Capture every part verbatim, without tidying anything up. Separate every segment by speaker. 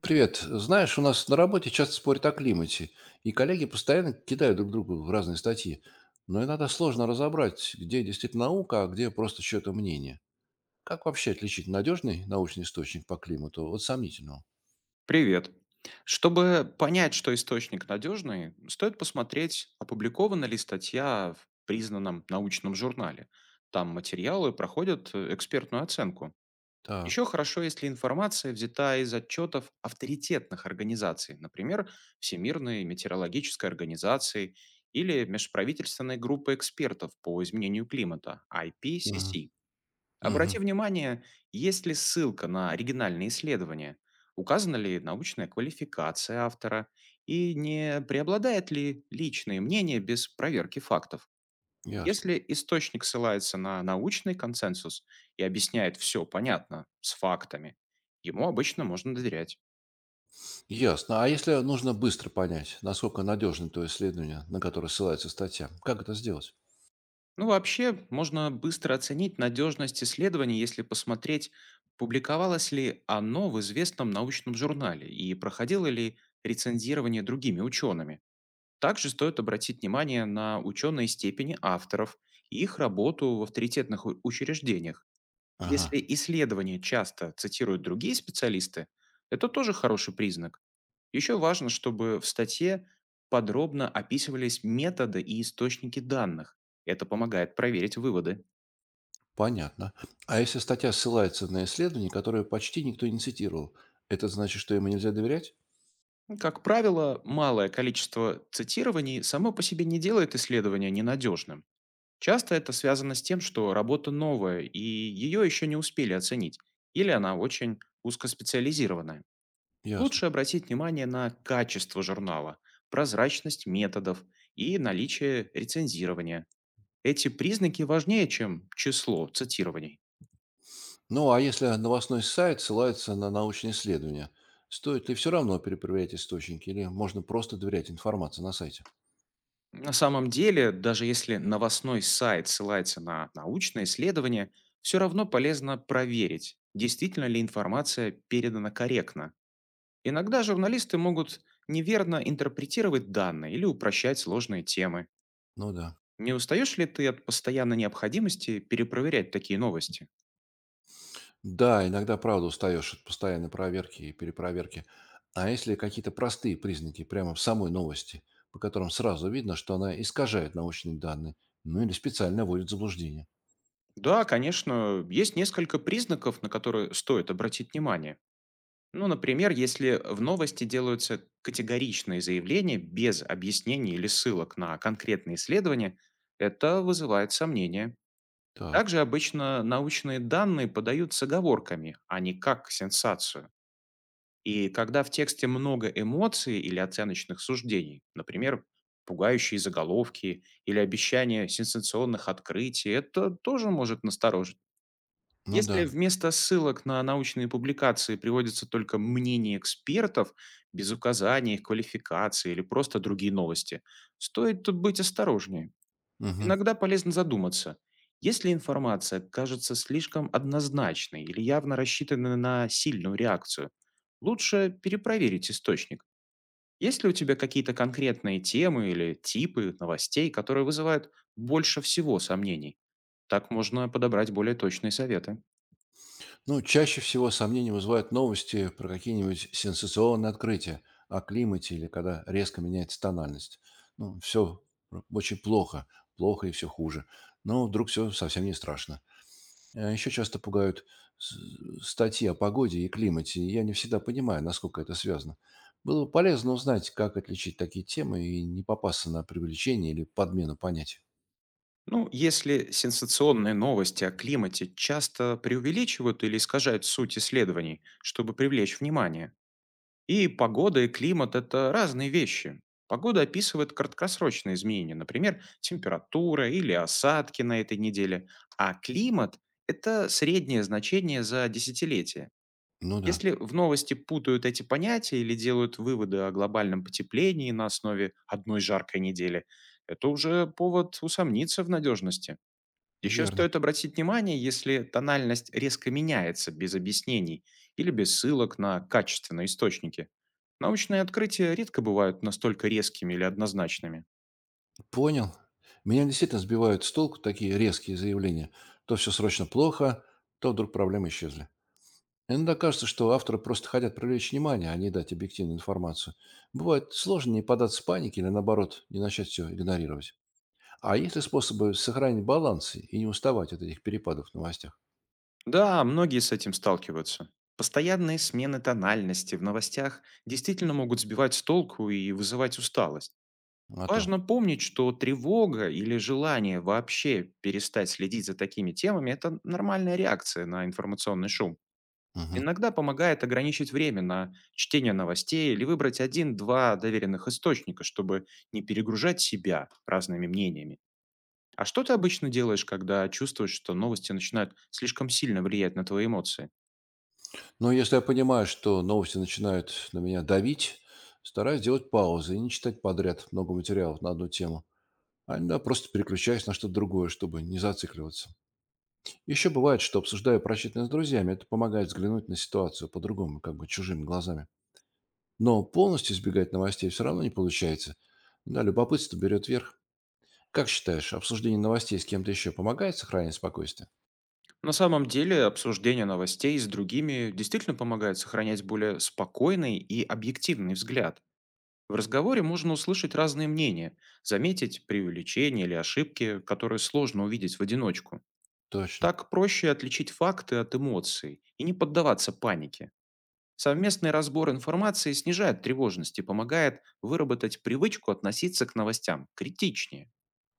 Speaker 1: Привет. Знаешь, у нас на работе часто спорят о климате, и коллеги постоянно кидают друг другу в разные статьи. Но иногда сложно разобрать, где действительно наука, а где просто чье-то мнение. Как вообще отличить надежный научный источник по климату от сомнительного?
Speaker 2: Привет. Чтобы понять, что источник надежный, стоит посмотреть, опубликована ли статья в признанном научном журнале. Там материалы проходят э, экспертную оценку.
Speaker 1: Так.
Speaker 2: Еще хорошо, если информация взята из отчетов авторитетных организаций, например, Всемирной метеорологической организации или межправительственной группы экспертов по изменению климата,
Speaker 1: Мгм.
Speaker 2: I P C C.
Speaker 1: Мгм.
Speaker 2: Обрати внимание, есть ли ссылка на оригинальные исследования, указана ли научная квалификация автора и не преобладает ли личное мнение без проверки фактов.
Speaker 1: Ясно.
Speaker 2: Если источник ссылается на научный консенсус и объясняет все понятно с фактами, ему обычно можно доверять.
Speaker 1: Ясно. А если нужно быстро понять, насколько надежно то исследование, на которое ссылается статья, как это сделать?
Speaker 2: Ну, вообще, можно быстро оценить надежность исследования, если посмотреть, публиковалось ли оно в известном научном журнале и проходило ли рецензирование другими учеными. Также стоит обратить внимание на ученые степени авторов и их работу в авторитетных у- учреждениях. Если
Speaker 1: Ага.
Speaker 2: исследования часто цитируют другие специалисты, это тоже хороший признак. Еще важно, чтобы в статье подробно описывались методы и источники данных. Это помогает проверить выводы.
Speaker 1: Понятно. А если статья ссылается на исследование, которое почти никто не цитировал, это значит, что ему нельзя доверять?
Speaker 2: Как правило, малое количество цитирований само по себе не делает исследование ненадежным. Часто это связано с тем, что работа новая, и ее еще не успели оценить, или она очень узкоспециализированная.
Speaker 1: Ясно.
Speaker 2: Лучше обратить внимание на качество журнала, прозрачность методов и наличие рецензирования. Эти признаки важнее, чем число цитирований.
Speaker 1: Ну, а если новостной сайт ссылается на научные исследования, стоит ли все равно перепроверять источники или можно просто доверять информации на сайте?
Speaker 2: На самом деле, даже если новостной сайт ссылается на научное исследование, все равно полезно проверить, действительно ли информация передана корректно. Иногда журналисты могут неверно интерпретировать данные или упрощать сложные темы.
Speaker 1: Ну да.
Speaker 2: Не устаешь ли ты от постоянной необходимости перепроверять такие новости?
Speaker 1: Да, иногда, правда, устаешь от постоянной проверки и перепроверки. А если какие-то простые признаки прямо в самой новости, по которым сразу видно, что она искажает научные данные, ну или специально вводит в заблуждение?
Speaker 2: Да, конечно, есть несколько признаков, на которые стоит обратить внимание. Ну, например, если в новости делаются категоричные заявления без объяснений или ссылок на конкретные исследования, это вызывает сомнения.
Speaker 1: Так,
Speaker 2: Также обычно научные данные подают с оговорками, а не как сенсацию. И когда в тексте много эмоций или оценочных суждений, например, пугающие заголовки или обещания сенсационных открытий, это тоже может настораживать.
Speaker 1: ну
Speaker 2: Если
Speaker 1: да.
Speaker 2: вместо ссылок на научные публикации приводится только мнение экспертов, без указания их квалификации или просто другие новости, стоит тут быть осторожнее.
Speaker 1: Мгм.
Speaker 2: Иногда полезно задуматься, если информация кажется слишком однозначной или явно рассчитана на сильную реакцию, лучше перепроверить источник. Есть ли у тебя какие-то конкретные темы или типы новостей, которые вызывают больше всего сомнений? Так можно подобрать более точные советы.
Speaker 1: Ну, чаще всего сомнения вызывают новости про какие-нибудь сенсационные открытия о климате или когда резко меняется тональность. Ну, все очень плохо, плохо и все хуже. Но вдруг все совсем не страшно. Еще часто пугают с- статьи о погоде и климате, и я не всегда понимаю, насколько это связано. Было бы полезно узнать, как отличить такие темы и не попасться на привлечение или подмену понятий.
Speaker 2: Ну, если сенсационные новости о климате часто преувеличивают или искажают суть исследований, чтобы привлечь внимание. И погода, и климат – это разные вещи. Погода описывает краткосрочные изменения, например, температура или осадки на этой неделе, а климат – это среднее значение за десятилетие.
Speaker 1: Ну да,
Speaker 2: Если в новости путают эти понятия или делают выводы о глобальном потеплении на основе одной жаркой недели, это уже повод усомниться в надежности. Еще
Speaker 1: верно.
Speaker 2: стоит обратить внимание, если тональность резко меняется без объяснений или без ссылок на качественные источники. Научные открытия редко бывают настолько резкими или однозначными.
Speaker 1: Понял. Меня действительно сбивают с толку такие резкие заявления. То все срочно плохо, то вдруг проблемы исчезли. Иногда кажется, что авторы просто хотят привлечь внимание, а не дать объективную информацию. Бывает сложно не податься панике или, наоборот, не начать все игнорировать. А есть ли способы сохранить баланс и не уставать от этих перепадов в новостях?
Speaker 2: Да, многие с этим сталкиваются. Постоянные смены тональности в новостях действительно могут сбивать с толку и вызывать усталость.
Speaker 1: А то.
Speaker 2: Важно помнить, что тревога или желание вообще перестать следить за такими темами – это нормальная реакция на информационный шум.
Speaker 1: Мгм.
Speaker 2: Иногда помогает ограничить время на чтение новостей или выбрать один-два доверенных источника, чтобы не перегружать себя разными мнениями. А что ты обычно делаешь, когда чувствуешь, что новости начинают слишком сильно влиять на твои эмоции?
Speaker 1: Но если я понимаю, что новости начинают на меня давить, стараюсь делать паузы и не читать подряд много материалов на одну тему. А иногда просто переключаюсь на что-то другое, чтобы не зацикливаться. Еще бывает, что обсуждаю прочитанное с друзьями. Это помогает взглянуть на ситуацию по-другому, как бы чужими глазами. Но полностью избегать новостей все равно не получается. Да, любопытство берет верх. Как считаешь, обсуждение новостей с кем-то еще помогает сохранить спокойствие?
Speaker 2: На самом деле, обсуждение новостей с другими действительно помогает сохранять более спокойный и объективный взгляд. В разговоре можно услышать разные мнения, заметить преувеличения или ошибки, которые сложно увидеть в одиночку.
Speaker 1: Точно.
Speaker 2: Так проще отличить факты от эмоций и не поддаваться панике. Совместный разбор информации снижает тревожность и помогает выработать привычку относиться к новостям критичнее.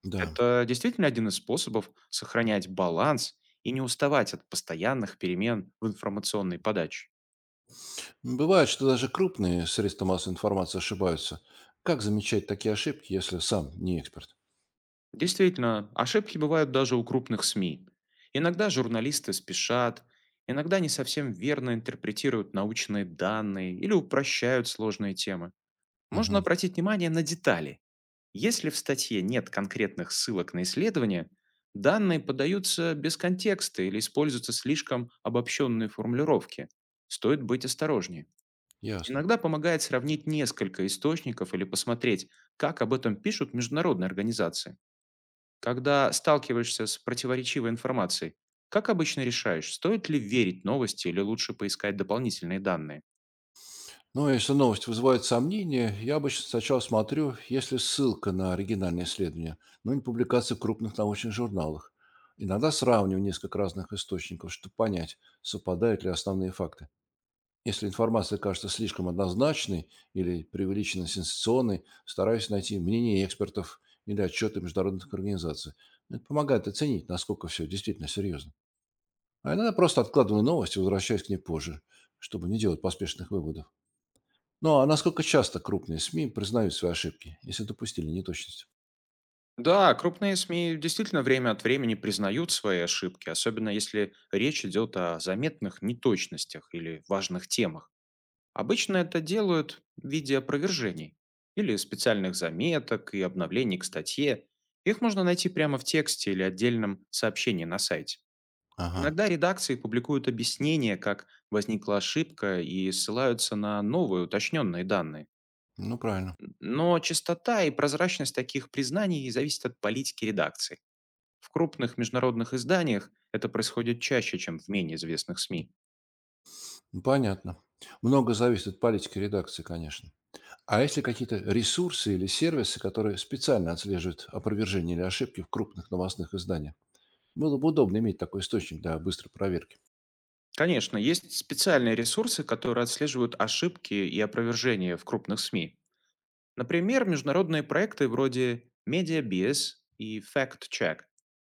Speaker 1: Да.
Speaker 2: Это действительно один из способов сохранять баланс и не уставать от постоянных перемен в информационной подаче.
Speaker 1: Бывает, что даже крупные средства массовой информации ошибаются. Как замечать такие ошибки, если сам не эксперт?
Speaker 2: Действительно, ошибки бывают даже у крупных СМИ. Иногда журналисты спешат, иногда не совсем верно интерпретируют научные данные или упрощают сложные темы.
Speaker 1: Угу.
Speaker 2: Можно обратить внимание на детали. Если в статье нет конкретных ссылок на исследования, данные подаются без контекста или используются слишком обобщенные формулировки. Стоит быть осторожнее.
Speaker 1: Ясно.
Speaker 2: Иногда помогает сравнить несколько источников или посмотреть, как об этом пишут международные организации. Когда сталкиваешься с противоречивой информацией, как обычно решаешь, стоит ли верить новости или лучше поискать дополнительные данные?
Speaker 1: Ну, если новость вызывает сомнения, я обычно сначала смотрю, есть ли ссылка на оригинальное исследование, но не публикации в крупных научных журналах. Иногда сравниваю несколько разных источников, чтобы понять, совпадают ли основные факты. Если информация кажется слишком однозначной или преувеличенно сенсационной, стараюсь найти мнение экспертов или отчеты международных организаций. Это помогает оценить, насколько все действительно серьезно. А иногда просто откладываю новость и возвращаюсь к ней позже, чтобы не делать поспешных выводов. Ну, а насколько часто крупные С М И признают свои ошибки, если допустили неточность?
Speaker 2: Да, крупные СМИ действительно время от времени признают свои ошибки, особенно если речь идет о заметных неточностях или важных темах. Обычно это делают в виде опровержений или специальных заметок и обновлений к статье. Их можно найти прямо в тексте или отдельном сообщении на сайте.
Speaker 1: Ага,
Speaker 2: Иногда редакции публикуют объяснение, как возникла ошибка, и ссылаются на новые уточненные данные.
Speaker 1: ну правильно.
Speaker 2: Но частота и прозрачность таких признаний зависит от политики редакции. В крупных международных изданиях это происходит чаще, чем в менее известных СМИ.
Speaker 1: Ну, понятно. Много зависит от политики редакции, конечно. А есть ли какие-то ресурсы или сервисы, которые специально отслеживают опровержение или ошибки в крупных новостных изданиях? Было бы удобно иметь такой источник для быстрой проверки.
Speaker 2: Конечно, есть специальные ресурсы, которые отслеживают ошибки и опровержения в крупных СМИ. Например, международные проекты вроде MediaBS и Fact Check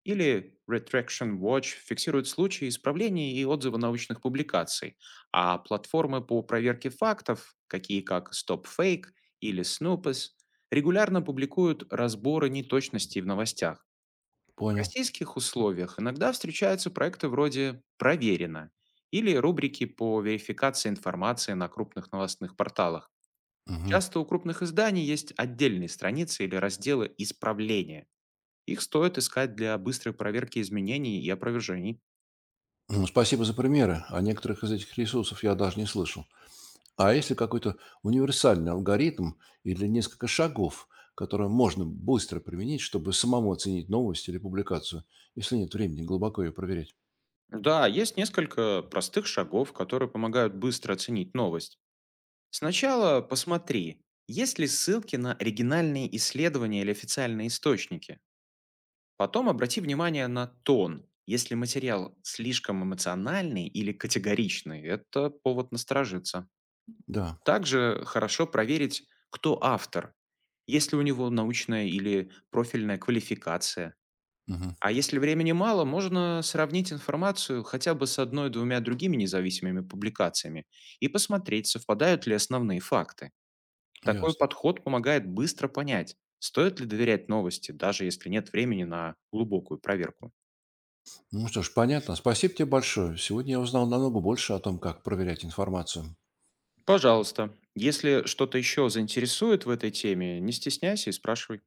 Speaker 2: или Retraction Watch фиксируют случаи исправлений и отзывы научных публикаций, а платформы по проверке фактов, такие как StopFake или Snoopes, регулярно публикуют разборы неточностей в новостях. В
Speaker 1: Понял.
Speaker 2: российских условиях иногда встречаются проекты вроде «Проверено» или рубрики по верификации информации на крупных новостных порталах.
Speaker 1: Мгм.
Speaker 2: Часто у крупных изданий есть отдельные страницы или разделы исправления. Их стоит искать для быстрой проверки изменений и опровержений.
Speaker 1: Ну, спасибо за примеры. О некоторых из этих ресурсов я даже не слышал. А если какой-то универсальный алгоритм или несколько шагов, которые можно быстро применить, чтобы самому оценить новость или публикацию, если нет времени глубоко ее проверять?
Speaker 2: Да, есть несколько простых шагов, которые помогают быстро оценить новость. Сначала посмотри, есть ли ссылки на оригинальные исследования или официальные источники. Потом обрати внимание на тон. Если материал слишком эмоциональный или категоричный, это повод насторожиться.
Speaker 1: Да,
Speaker 2: Также хорошо проверить, кто автор, есть ли у него научная или профильная квалификация.
Speaker 1: мгм,
Speaker 2: А если времени мало, можно сравнить информацию хотя бы с одной-двумя другими независимыми публикациями и посмотреть, совпадают ли основные факты. Такой
Speaker 1: ясно.
Speaker 2: подход помогает быстро понять, стоит ли доверять новости, даже если нет времени на глубокую проверку.
Speaker 1: Ну что ж, понятно. Спасибо тебе большое. Сегодня я узнал намного больше о том, как проверять информацию.
Speaker 2: Пожалуйста, если что-то еще заинтересует в этой теме, не стесняйся и спрашивай.